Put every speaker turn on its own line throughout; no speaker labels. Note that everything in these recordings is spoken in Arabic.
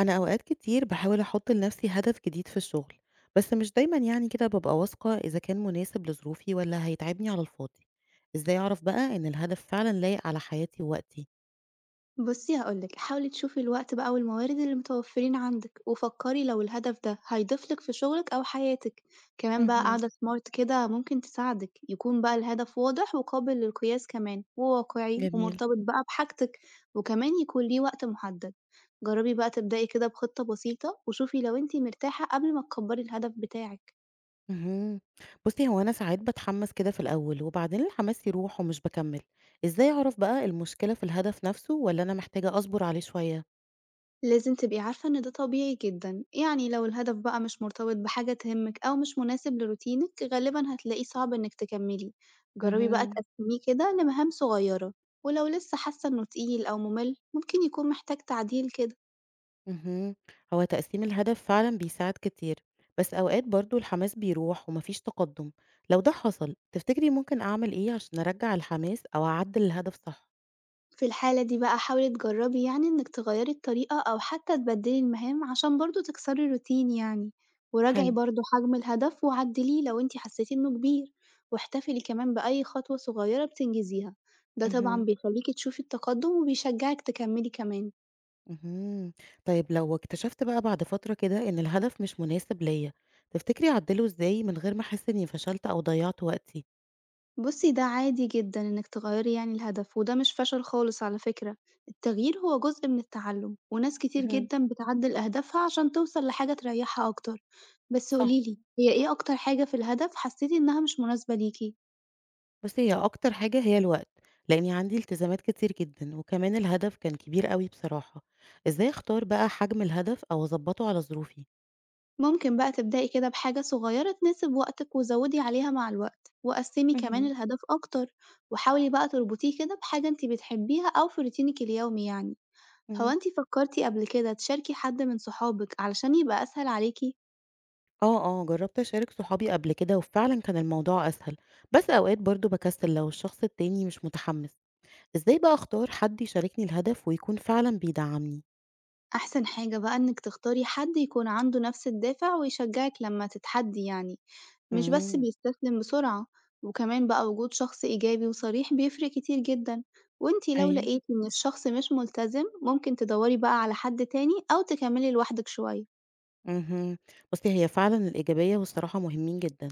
أنا أوقات كتير باحاول أحط لنفسي هدف جديد في الشغل، بس مش دايمًا يعني كده بابقى واثقة إذا كان مناسب لظروفي والّا هيتعبني على الفاضي. إزاي أعرف بقى إن الهدف فعلًا لايق على حياتي ووقتي؟
بُصّي هاقول لِك، حاولي تشوفي الوقت بقى والموارد اللي متوفرين عندِك، وفكّري لو الهدف ده هيضيف لِك في شغلِك أو حياتِك، كمان بقى
اهم.
قاعدة smart كده ممكن تساعدِك، يكون بقى الهدف واضح وقابل للقياس كمان، وواقعي
جميل.
ومرتبط بقى بحاجتِك، وكمان يكون ليه وقت محدد. جرّبي بقى تبدئي كده بخطة بسيطة، وشوفي لو أنتِ مرتاحة قبل ما تكبّري الهدف بتاعِك.
اهم. بُصّي، هو أنا ساعات باتحمس كده في الأول وبعدين الحماس يروح ومش باكمّل. إزاي أعرف بقى المشكلة في الهدف نفسه والّا أنا محتاجة أصبر عليه شوية؟
لازم تبقي عارفة إن ده طبيعي جدًا، يعني لو الهدف بقى مش مرتبط بحاجة تهمِك أو مش مناسب لروتينِك غالبًا هتلاقيه صعب إنِك تكمّلي، جرّبي بقى
اهم.
تقسّميه كده لمهام صغيّرة، ولو لسه حاسة إنه تقيل أو مُمِل ممكن يكون محتاج تعديل كده.
اهم. هو تقسيم الهدف فعلًا بيساعد كتير، بس أوقات برضه الحماس بيروح ومفيش تقدم، لو ده حصل تفتكري ممكن أعمل إيه عشان أرجّع الحماس أو أعدّل الهدف صح؟
في الحالة دي بقى حاولي تجربي يعني إنِك تغيّري الطريقة أو حتى تبدّلي المهام عشان برضه تكسري الروتين يعني، وراجعي
حلو.
برضه حجم الهدف وعدّليه لو أنتِ حسيتِ إنه كبير، واحتفلي كمان بأي خطوة صغيرة بتنجزيها، ده طبعًا
اهم،
بيخلّيكِ تشوفي التقدم وبيشجعِك تكمّلي كمان.
اهم. طيب لو اكتشفت بقى بعد فترة كده إن الهدف مش مناسب ليّا، تفتكري أعدّله إزاي من غير ما أحس إني فشلت أو ضيّعت وقتي؟
بُصّي، ده عادي جدًا إنِّك تغيّري يعني الهدف، وده مش فشل خالص على فكرة، التغيير هو جزء من التعلُّم، وناس كتير
اهم.
جدًا بتعدّل أهدافها عشان توصل لحاجة تريّحها أكتر. بس
صح.
قولي لي، هي إيه أكتر حاجة في الهدف حسّيتِ إنّها مش مناسبة ليكِ؟
بُصّي، هي أكتر حاجة هي الوقت، لإني عندي التزامات كتير جدًا، وكمان الهدف كان كبير أوي بصراحة. إزاي أختار بقى حجم الهدف أو أضبّطه على ظروفي؟
ممكن بقى تبدئي كده بحاجة صغيّرة تناسب وقتِك وزوّدي عليها مع الوقت، وقسّمي كمان
اهم.
الهدف أكتر، وحاولي بقى تربطيه كده بحاجة أنتِ بتحبيها أو في روتينِك اليومي يعني. هو
إمم.
أنتِ فكّرتِ قبل كده تشاركي حد من صحابِك علشان يبقى أسهل عليكِ؟
آه، آه، جرّبت أشارك صحابي قبل كده وفعلًا كان الموضوع أسهل، بس أوقات برضه باكسّل لو الشخص التاني مش متحمّس. إزاي بقى أختار حد يشاركني الهدف ويكون فعلًا بيدعّمني؟
أحسن حاجة بقى إنِّك تختاري حد يكون عنده نفس الدافع ويشجعِك لمّا تتحدي يعني، مش بس
إمم.
بيستسلم بسرعة، وكمان بقى وجود شخص إيجابي وصريح بيفرق كتير جدًا، وأنتِ لو
أيوه.
لقيتِ إن الشخص مش ملتزم ممكن تدوّري بقى على حد تاني أو تكمّلي لوحدِك شوية.
اهم. بُصّي، هي فعلًا الإيجابية والصراحة مهمين جدًا.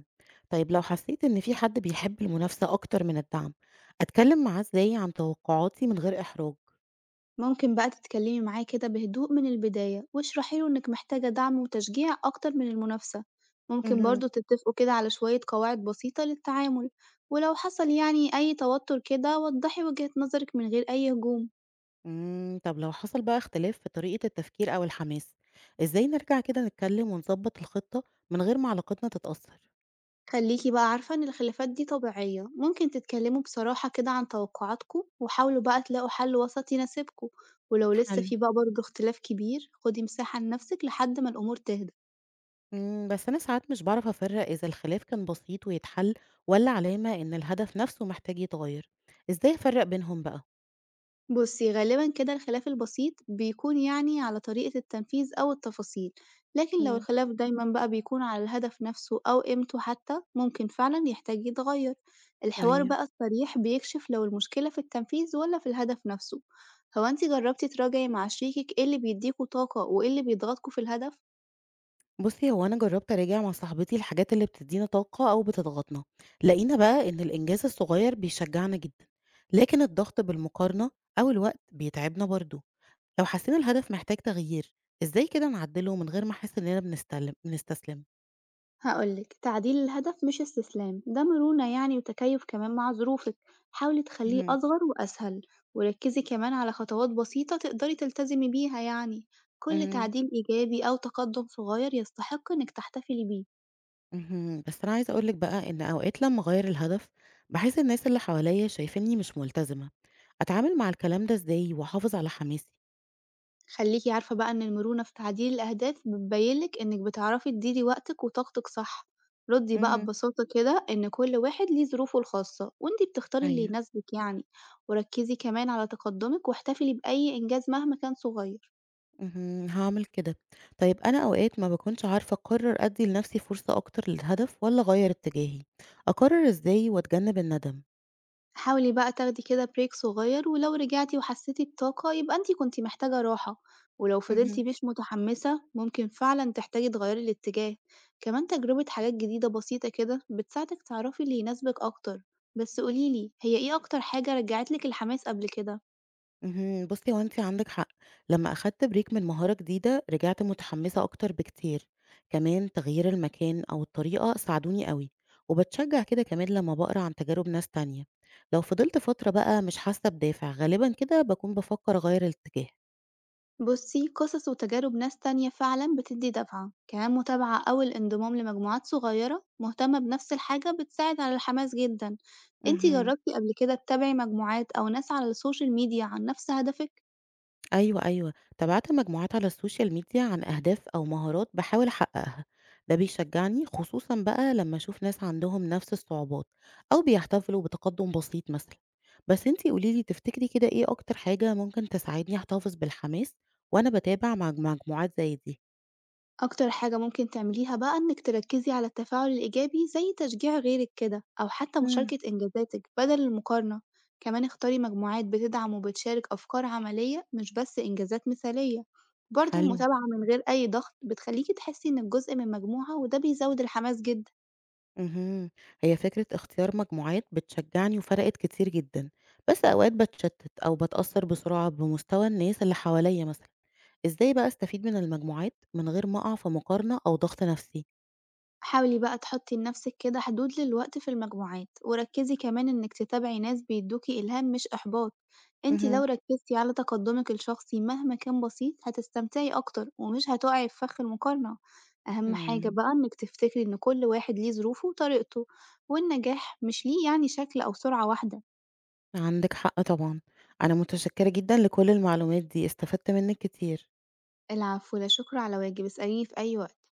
طيب لو حسيت إن في حد بيحب المنافسة أكتر من الدعم، أتكلم معاه إزاي عن توقعاتي من غير إحراج؟
ممكن بقى تتكلمي معاه كده بهدوء من البداية واشرحي له إنك محتاجة دعم وتشجيع أكتر من المنافسة، ممكن
اهم.
برضه تتفقوا كده على شوية قواعد بسيطة للتعامل، ولو حصل أي توتر كده وضحي وجهة نظرك من غير أي هجوم.
إمم، طب لو حصل بقى اختلاف في طريقة التفكير أو الحماس، إزاي نرجع كده نتكلم ونضبط الخطة من غير ما علاقتنا تتأثر؟
خليكي بقى عارفة إن الخلافات دي طبيعية، ممكن تتكلموا بصراحة كده عن توقعاتكم وحاولوا بقى تلاقوا حل وسط يناسبكم، ولو لسه
حلو.
في بقى برضه اختلاف كبير خدي مساحة لنفسك لحد ما الأمور تهدى.
إمم، بس أنا ساعات مش باعرف أفرّق إذا الخلاف كان بسيط ويتحل والّا علامة إن الهدف نفسه محتاج يتغير. إزاي أفرّق بينهم بقى؟
بُصّي، غالبًا كده الخلاف البسيط بيكون يعني على طريقة التنفيذ أو التفاصيل، لكن لو
إمم.
الخلاف دايمًا بقى بيكون على الهدف نفسه أو قيمته حتى، ممكن فعلًا يحتاج يتغير. الحوار
أيوه.
بقى الصريح بيكشف لو المشكلة في التنفيذ ولا في الهدف نفسه. هو أنتِ جربتِ تراجعي مع شريكِك إيه اللي بيديكوا طاقة وإيه اللي بيضغطكوا في الهدف؟
بُصّي، هو أنا جرّبت أراجع مع صاحبتي الحاجات اللي بتدّينا طاقة أو بتضغطنا، لقينا بقى إن الإنجاز الصغير بيشجّعنا جدًا، لكن الضغط بالمقارنة أو الوقت بيتعبنا برضه، لو حسينا الهدف محتاج تغيير، إزاي كده نعدّله من غير ما أحس إننا بنستسلم؟
هاقول لِك، تعديل الهدف مش استسلام، ده مرونة يعني وتكيُّف كمان مع ظروفِك، حاولي تخلّيه
اهم.
أصغر وأسهل، وركّزي كمان على خطوات بسيطة تقدري تلتزمي بيها يعني، كل
إمم.
تعديل إيجابي أو تقدُّم صغير يستحق إنِّك تحتفلي بيه،
اهم، بس أنا عايزة أقول لِك بقى إن أوقات لمّا أغيّر الهدف، باحس الناس اللي حواليّا شايفينّي مش ملتزمة، أتعامل مع الكلام ده إزاي وأحافظ على حماسي؟
خلّيكِ عارفة بقى إن المرونة في تعديل الأهداف بتبيّن لِك إنِّك بتعرفي تديري وقتِك وطاقتِك صح، ردّي بقى
إمم.
ببساطة كده إن كل واحد ليه ظروفه الخاصة وأنتِ بتختاري اللي
أيوه.
يناسبِك يعني، وركّزي كمان على تقدُّمِك واحتفلي بأي إنجاز مهما كان صغير.
اهم، هاعمل كده. طيب أنا أوقات ما باكونش عارفة أقرر أدّي لنفسي فرصة أكتر للهدف والّا أغيّر اتجاهي، أقرر إزاي وأتجنب الندم؟
حاولي بقى تاخدي كده بريك صغير، ولو رجعتي وحسيتي بطاقة يبقى انتي كنتي محتاجة راحة، ولو فضلتي
اهم.
مش متحمسة ممكن فعلا تحتاجي تغيري الاتجاه. كمان تجربة حاجات جديدة بسيطة كده بتساعدك تعرفي اللي يناسبك أكتر. بس قوليلي هي ايه أكتر حاجة رجعتلك الحماس قبل كده؟
اهم، بُصّي هو أنتِ عندِك حق، لمّا أخدت بريك من مهارة جديدة رجعت متحمسة أكتر بكتير، كمان تغيير المكان أو الطريقة ساعدوني أوي، وباتشجع كده كمان لمّا باقرا عن تجارب ناس تانية، لو فضلت فترة بقى مش حاسة بدافع غالبًا كده باكون بافكر أغيّر الاتجاه.
بُصّي، قصص وتجارب ناس تانية فعلًا بتدّي دفعة، كمان متابعة أو الانضمام لمجموعات صغيرة مهتمة بنفس الحاجة بتساعد على الحماس جدًا، أنتِ
اهم.
جربتِ قبل كده تتابعي مجموعات أو ناس على السوشيال ميديا عن نفس هدفِك؟
أيوه، أيوه، تابعت مجموعات على السوشيال ميديا عن أهداف أو مهارات باحاول أحققها، ده بيشجعني خصوصًا بقى لما أشوف ناس عندهم نفس الصعوبات أو بيحتفلوا بتقدم بسيط مثلًا، بس أنتِ قولي لي تفتكري كده إيه أكتر حاجة ممكن تساعدني أحتفظ بالحماس وأنا باتابع مع مجموعات زي دي؟
أكتر حاجة ممكن تعمليها بقى إنك تركزي على التفاعل الإيجابي زي تشجيع غيرك كده أو حتى
إمم.
مشاركة إنجازاتك بدل المقارنة، كمان اختاري مجموعات بتدعم وبتشارك أفكار عملية مش بس إنجازات مثالية، برضه
حلو.
المتابعة من غير أي ضغط بتخليكي تحسي إنك جزء من مجموعة وده بيزود الحماس جدا.
اهم. هي فكرة اختيار مجموعات بتشجعني وفرقت كتير جدًا، بس أوقات باتشتت أو باتأثر بسرعة بمستوى الناس اللي حواليّا مثلًا. إزاي بقى أستفيد من المجموعات من غير ما أقع في مقارنة أو ضغط نفسي؟
حاولي بقى تحطي لنفسِك كده حدود للوقت في المجموعات، وركّزي كمان إنِك تتابعي ناس بيدوكِ إلهام مش إحباط، أنتِ لو
مهم.
ركّزتِ على تقدمِك الشخصي مهما كان بسيط هتستمتعي أكتر ومش هتقعي في فخ المقارنة، أهم حاجة
امم.
بقى إنِك تفتكري إن كل واحد ليه ظروفه وطريقته، والنجاح مش ليه يعني شكل أو سرعة واحدة،
عندك حق طبعا. أنا متشكرة جدًا لكل المعلومات دي، استفدت منك كتير.
العفو لا شكر على واجب، اسأليني في أي وقت.